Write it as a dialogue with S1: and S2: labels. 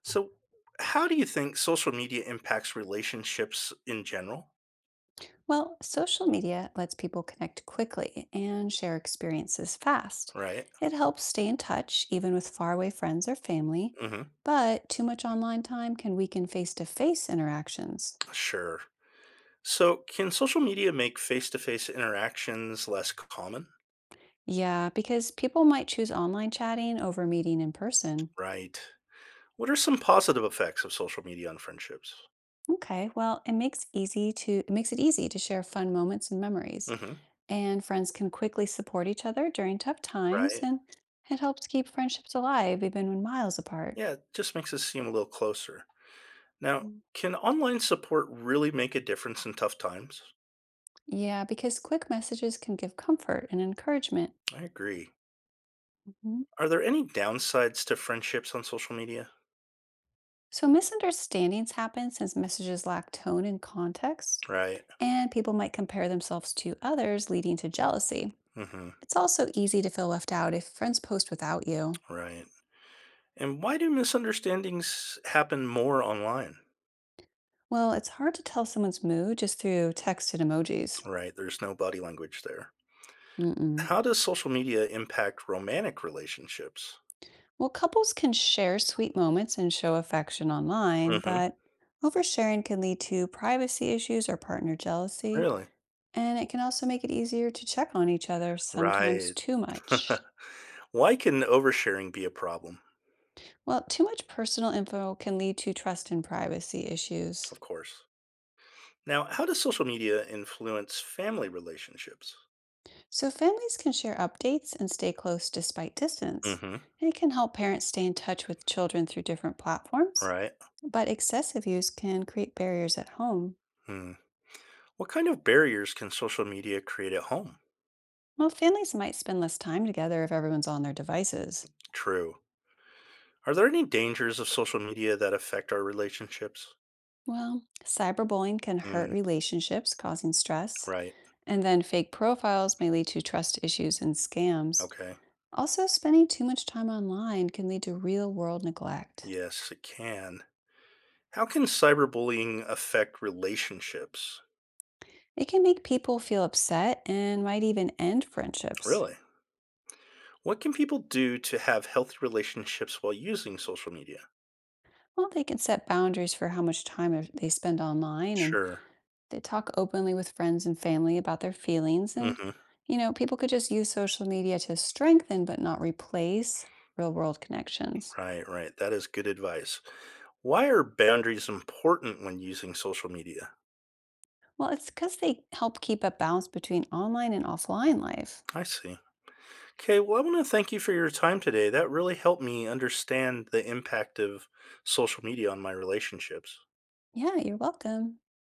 S1: So, how do you think social media impacts relationships in general?
S2: Well, social media lets people connect quickly and share experiences fast.
S1: Right?
S2: It helps stay in touch, even with faraway friends or family,
S1: Hmm.
S2: but too much online time can weaken face to face interactions.
S1: Sure. So, can social media make face to face interactions less common?
S2: Yeah, because people might choose online chatting over meeting in person.
S1: Right. What are some positive effects of social media on friendships?
S2: Okay, well, it makes it easy to share fun moments and memories,
S1: Hmm.
S2: and friends can quickly support each other during tough times,
S1: Right.
S2: and it helps keep friendships alive even when miles apart.
S1: Yeah, it just makes us seem a little closer. Now, can online support really make a difference in tough times?
S2: Yeah, because quick messages can give comfort and encouragement.
S1: I agree.
S2: Hmm.
S1: Are there any downsides to friendships on social media?
S2: So misunderstandings happen since messages lack tone and context,
S1: Right.
S2: and people might compare themselves to others, leading to jealousy.
S1: Hmm.
S2: It's also easy to feel left out if friends post without you.
S1: Right. And why do misunderstandings happen more online?
S2: Well, it's hard to tell someone's mood just through text and emojis.
S1: Right, there's no body language there.
S2: Mm-mm.
S1: How does social media impact romantic relationships?
S2: Well, couples can share sweet moments and show affection online,
S1: Hmm.
S2: but oversharing can lead to privacy issues or partner jealousy.
S1: Really?
S2: And it can also make it easier to check on each other, sometimes
S1: Right.
S2: too much.
S1: Why can oversharing be a problem?
S2: Well, too much personal info can lead to trust and privacy issues.
S1: Of course. Now, how does social media influence family relationships?
S2: So families can share updates and stay close despite distance.
S1: Hmm.
S2: And it can help parents stay in touch with children through different platforms.
S1: Right.
S2: But excessive use can create barriers at home.
S1: Hmm. What kind of barriers can social media create at home?
S2: Well, families might spend less time together if everyone's on their devices.
S1: True. Are there any dangers of social media that affect our relationships?
S2: Well, cyberbullying can hurt
S1: Mm,
S2: relationships, causing stress.
S1: right.
S2: And then fake profiles may lead to trust issues and scams.
S1: Okay.
S2: Also, spending too much time online can lead to real world neglect.
S1: Yes, it can. How can cyberbullying affect relationships?
S2: It can make people feel upset and might even end friendships.
S1: Really? What can people do to have healthy relationships while using social media?
S2: Well, they can set boundaries for how much time they spend online and
S1: Sure.
S2: they talk openly with friends and family about their feelings. And,
S1: Hmm.
S2: people could just use social media to strengthen but not replace real world connections.
S1: Right, right. That is good advice. Why are boundaries important when using social media?
S2: Well, it's because they help keep a balance between online and offline life.
S1: I see. Okay, well, I want to thank you for your time today. That really helped me understand the impact of social media on my relationships.
S2: Yeah, you're welcome.